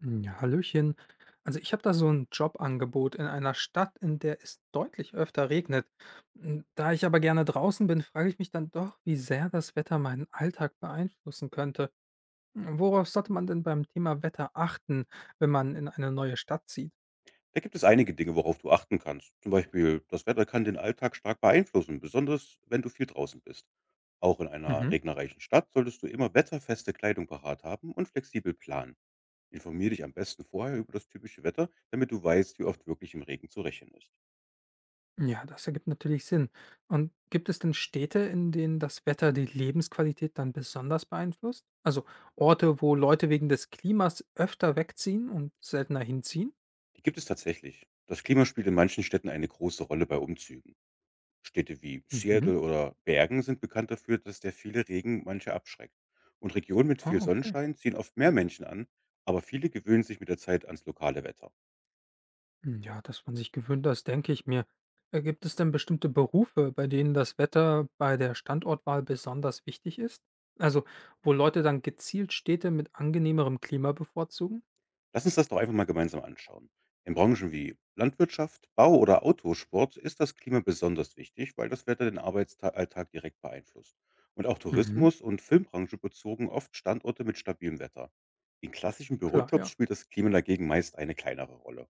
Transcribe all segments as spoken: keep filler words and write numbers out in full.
Hm, Ja, hallöchen. Also ich habe da so ein Jobangebot in einer Stadt, in der es deutlich öfter regnet. M, Da ich aber gerne draußen bin, frage ich mich dann doch, wie sehr das Wetter meinen Alltag beeinflussen könnte. M, Worauf sollte man denn beim Thema Wetter achten, wenn man in eine neue Stadt zieht? Da gibt es einige Dinge, worauf du achten kannst. Zum Beispiel, das Wetter kann den Alltag stark beeinflussen, besonders wenn du viel draußen bist. Auch in einer Mhm. regnerreichen Stadt solltest du immer wetterfeste Kleidung parat haben und flexibel planen. Informier dich am besten vorher über das typische Wetter, damit du weißt, wie oft wirklich im Regen zu rechnen ist. Ja, das ergibt natürlich Sinn. Und gibt es denn Städte, in denen das Wetter die Lebensqualität dann besonders beeinflusst? Also Orte, wo Leute wegen des Klimas öfter wegziehen und seltener hinziehen? Die gibt es tatsächlich. Das Klima spielt in manchen Städten eine große Rolle bei Umzügen. Städte wie Mhm. Seattle oder Bergen sind bekannt dafür, dass der viele Regen manche abschreckt. Und Regionen mit Ah, viel okay. Sonnenschein ziehen oft mehr Menschen an, aber viele gewöhnen sich mit der Zeit ans lokale Wetter. Hm, ja, dass man sich gewöhnt, das denke ich mir. Äh, gibt es denn bestimmte Berufe, bei denen das Wetter bei der Standortwahl besonders wichtig ist? Also, wo Leute dann gezielt Städte mit angenehmerem Klima bevorzugen? Lass uns das doch einfach mal gemeinsam anschauen. In Branchen wie Landwirtschaft, Bau oder Autosport ist das Klima besonders wichtig, weil das Wetter den Arbeitsalltag direkt beeinflusst. Und auch Mhm. Tourismus und Filmbranche bezogen oft Standorte mit stabilem Wetter. In klassischen Klar, Bürojobs ja. spielt das Klima dagegen meist eine kleinere Rolle.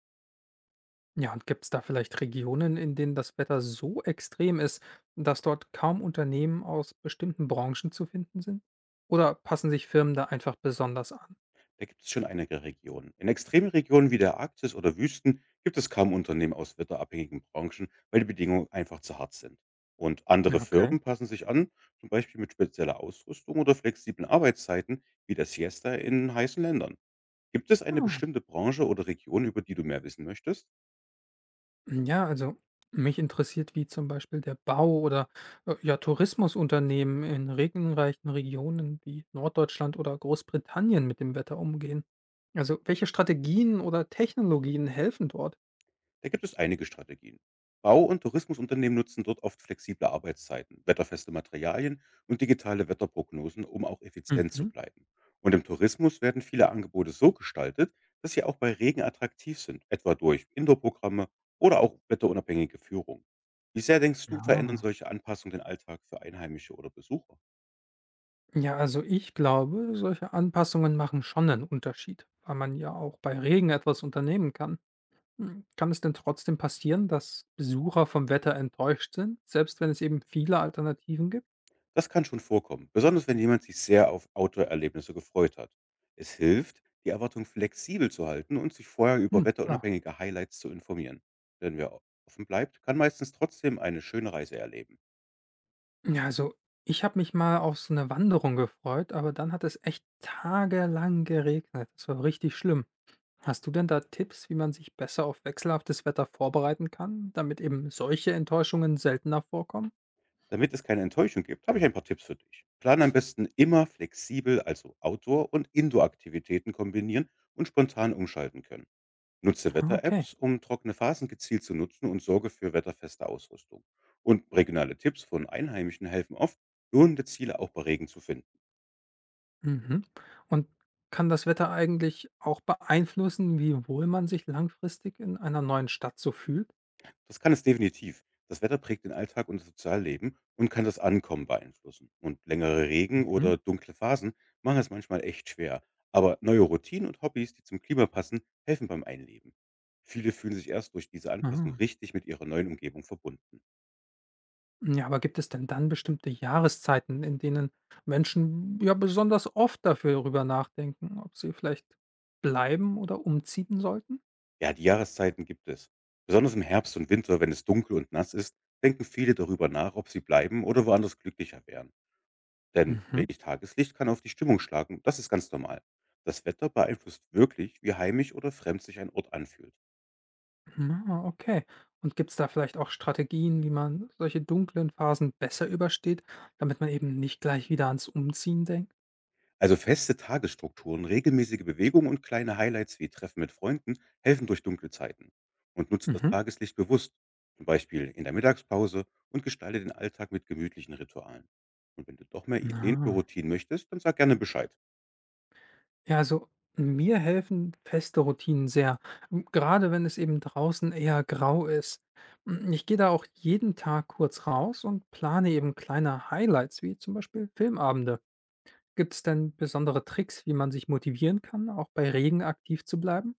Ja, und gibt es da vielleicht Regionen, in denen das Wetter so extrem ist, dass dort kaum Unternehmen aus bestimmten Branchen zu finden sind? Oder passen sich Firmen da einfach besonders an? Da gibt es schon einige Regionen. In extremen Regionen wie der Arktis oder Wüsten gibt es kaum Unternehmen aus wetterabhängigen Branchen, weil die Bedingungen einfach zu hart sind. Und andere Ja, okay. Firmen passen sich an, zum Beispiel mit spezieller Ausrüstung oder flexiblen Arbeitszeiten wie der Siesta in heißen Ländern. Gibt es eine Ah, bestimmte Branche oder Region, über die du mehr wissen möchtest? Hm, ja, also mich interessiert, wie zum Beispiel der Bau oder äh, ja, Tourismusunternehmen in regenreichen Regionen wie Norddeutschland oder Großbritannien mit dem Wetter umgehen. Also welche Strategien oder Technologien helfen dort? Da gibt es einige Strategien. Bau- und Tourismusunternehmen nutzen dort oft flexible Arbeitszeiten, wetterfeste Materialien und digitale Wetterprognosen, um auch effizient zu Mhm. bleiben. Und im Tourismus werden viele Angebote so gestaltet, dass sie auch bei Regen attraktiv sind, etwa durch Indoor-Programme oder auch wetterunabhängige Führung. Wie sehr denkst du, verändern Ja. solche Anpassungen den Alltag für Einheimische oder Besucher? Ja, also ich glaube, solche Anpassungen machen schon einen Unterschied, weil man ja auch bei Regen etwas unternehmen kann. Hm, Kann es denn trotzdem passieren, dass Besucher vom Wetter enttäuscht sind, selbst wenn es eben viele Alternativen gibt? Das kann schon vorkommen, besonders wenn jemand sich sehr auf Outdoor-Erlebnisse gefreut hat. Es hilft, die Erwartung flexibel zu halten und sich vorher Hm. über Klar. wetterunabhängige Highlights zu informieren. Denn wer offen bleibt, kann meistens trotzdem eine schöne Reise erleben. Ja, also ich habe mich mal auf so eine Wanderung gefreut, aber dann hat es echt tagelang geregnet. Das war richtig schlimm. Hast du denn da Tipps, wie man sich besser auf wechselhaftes Wetter vorbereiten kann, damit eben solche Enttäuschungen seltener vorkommen? Damit es keine Enttäuschung gibt, habe ich ein paar Tipps für dich. Plan am besten immer flexibel, also Outdoor- und Indoor-Aktivitäten kombinieren und spontan umschalten können. Nutze Ah, okay. Wetter-Apps, um trockene Phasen gezielt zu nutzen und sorge für wetterfeste Ausrüstung. Und regionale Tipps von Einheimischen helfen oft, lohnende Ziele auch bei Regen zu finden. Mhm. Und kann das Wetter eigentlich auch beeinflussen, wie wohl man sich langfristig in einer neuen Stadt so fühlt? Das kann es definitiv. Das Wetter prägt den Alltag und das Sozialleben und kann das Ankommen beeinflussen. Und längere Regen Mhm. oder dunkle Phasen machen es manchmal echt schwer. Aber neue Routinen und Hobbys, die zum Klima passen, helfen beim Einleben. Viele fühlen sich erst durch diese Anpassung Ah. richtig mit ihrer neuen Umgebung verbunden. Ja, aber gibt es denn dann bestimmte Jahreszeiten, in denen Menschen ja besonders oft dafür darüber nachdenken, ob sie vielleicht bleiben oder umziehen sollten? Ja, die Jahreszeiten gibt es. Besonders im Herbst und Winter, wenn es dunkel und nass ist, denken viele darüber nach, ob sie bleiben oder woanders glücklicher wären. Denn Mhm. wenig Tageslicht kann auf die Stimmung schlagen, das ist ganz normal. Das Wetter beeinflusst wirklich, wie heimisch oder fremd sich ein Ort anfühlt. Ah, okay. Und gibt es da vielleicht auch Strategien, wie man solche dunklen Phasen besser übersteht, damit man eben nicht gleich wieder ans Umziehen denkt? Also feste Tagesstrukturen, regelmäßige Bewegung und kleine Highlights wie Treffen mit Freunden helfen durch dunkle Zeiten. Und nutze das Mhm. Tageslicht bewusst, zum Beispiel in der Mittagspause und gestalte den Alltag mit gemütlichen Ritualen. Und wenn du doch mehr Ideen für Ah. Routinen möchtest, dann sag gerne Bescheid. Ja, also mir helfen feste Routinen sehr, m- gerade wenn es eben draußen eher grau ist. M, Ich gehe da auch jeden Tag kurz raus und plane eben kleine Highlights, wie zum Beispiel Filmabende. Gibt es denn besondere Tricks, wie man sich motivieren kann, auch bei Regen aktiv zu bleiben?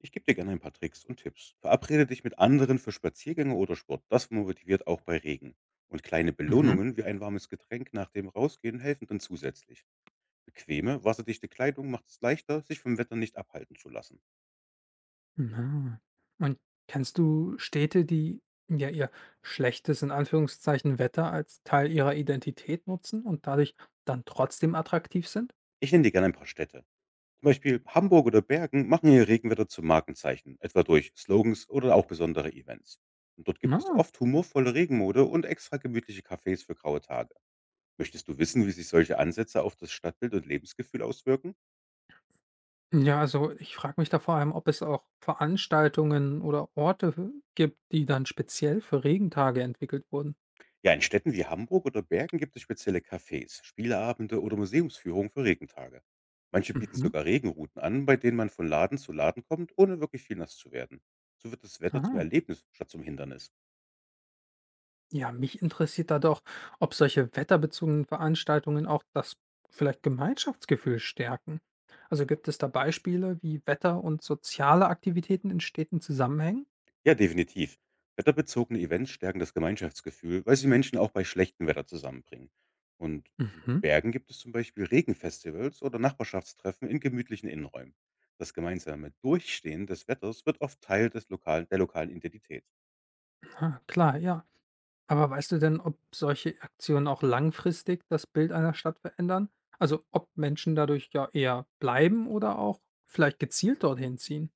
Ich gebe dir gerne ein paar Tricks und Tipps. Verabrede dich mit anderen für Spaziergänge oder Sport. Das motiviert auch bei Regen. Und kleine Mhm. Belohnungen wie ein warmes Getränk nach dem Rausgehen helfen dann zusätzlich. Bequeme, wasserdichte Kleidung macht es leichter, sich vom Wetter nicht abhalten zu lassen. Na. Und kennst du Städte, die ja ihr schlechtes in Anführungszeichen Wetter als Teil ihrer Identität nutzen und dadurch dann trotzdem attraktiv sind? Ich nenne dir gerne ein paar Städte. Zum Beispiel Hamburg oder Bergen machen ihr Regenwetter zum Markenzeichen, etwa durch Slogans oder auch besondere Events. Und dort gibt es Na. oft humorvolle Regenmode und extra gemütliche Cafés für graue Tage. Möchtest du wissen, wie sich solche Ansätze auf das Stadtbild und Lebensgefühl auswirken? Ja, also ich frage mich da vor allem, ob es auch Veranstaltungen oder Orte gibt, die dann speziell für Regentage entwickelt wurden. Ja, in Städten wie Hamburg oder Bergen gibt es spezielle Cafés, Spieleabende oder Museumsführungen für Regentage. Manche bieten Mhm. sogar Regenrouten an, bei denen man von Laden zu Laden kommt, ohne wirklich viel nass zu werden. So wird das Wetter zum Ah. Erlebnis statt zum Hindernis. Ja, mich interessiert da doch, ob solche wetterbezogenen Veranstaltungen auch das vielleicht Gemeinschaftsgefühl stärken. Also gibt es da Beispiele, wie Wetter und soziale Aktivitäten in Städten zusammenhängen? Ja, definitiv. Wetterbezogene Events stärken das Gemeinschaftsgefühl, weil sie Menschen auch bei schlechtem Wetter zusammenbringen. Und in Mhm. Bergen gibt es zum Beispiel Regenfestivals oder Nachbarschaftstreffen in gemütlichen Innenräumen. Das gemeinsame Durchstehen des Wetters wird oft Teil des lokalen, der lokalen Identität. Ah, klar, ja. Aber weißt du denn, ob solche Aktionen auch langfristig das Bild einer Stadt verändern? Also ob Menschen dadurch ja eher bleiben oder auch vielleicht gezielt dorthin ziehen?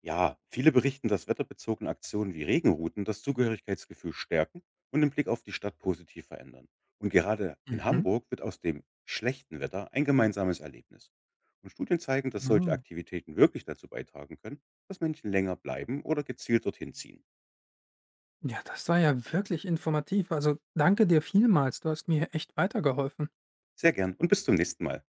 Ja, viele berichten, dass wetterbezogene Aktionen wie Regenrouten das Zugehörigkeitsgefühl stärken und den Blick auf die Stadt positiv verändern. Und gerade in Mhm. Hamburg wird aus dem schlechten Wetter ein gemeinsames Erlebnis. Und Studien zeigen, dass solche Ah. Aktivitäten wirklich dazu beitragen können, dass Menschen länger bleiben oder gezielt dorthin ziehen. Ja, das war ja wirklich informativ. Also danke dir vielmals. Du hast mir hier echt weitergeholfen. Sehr gern und bis zum nächsten Mal.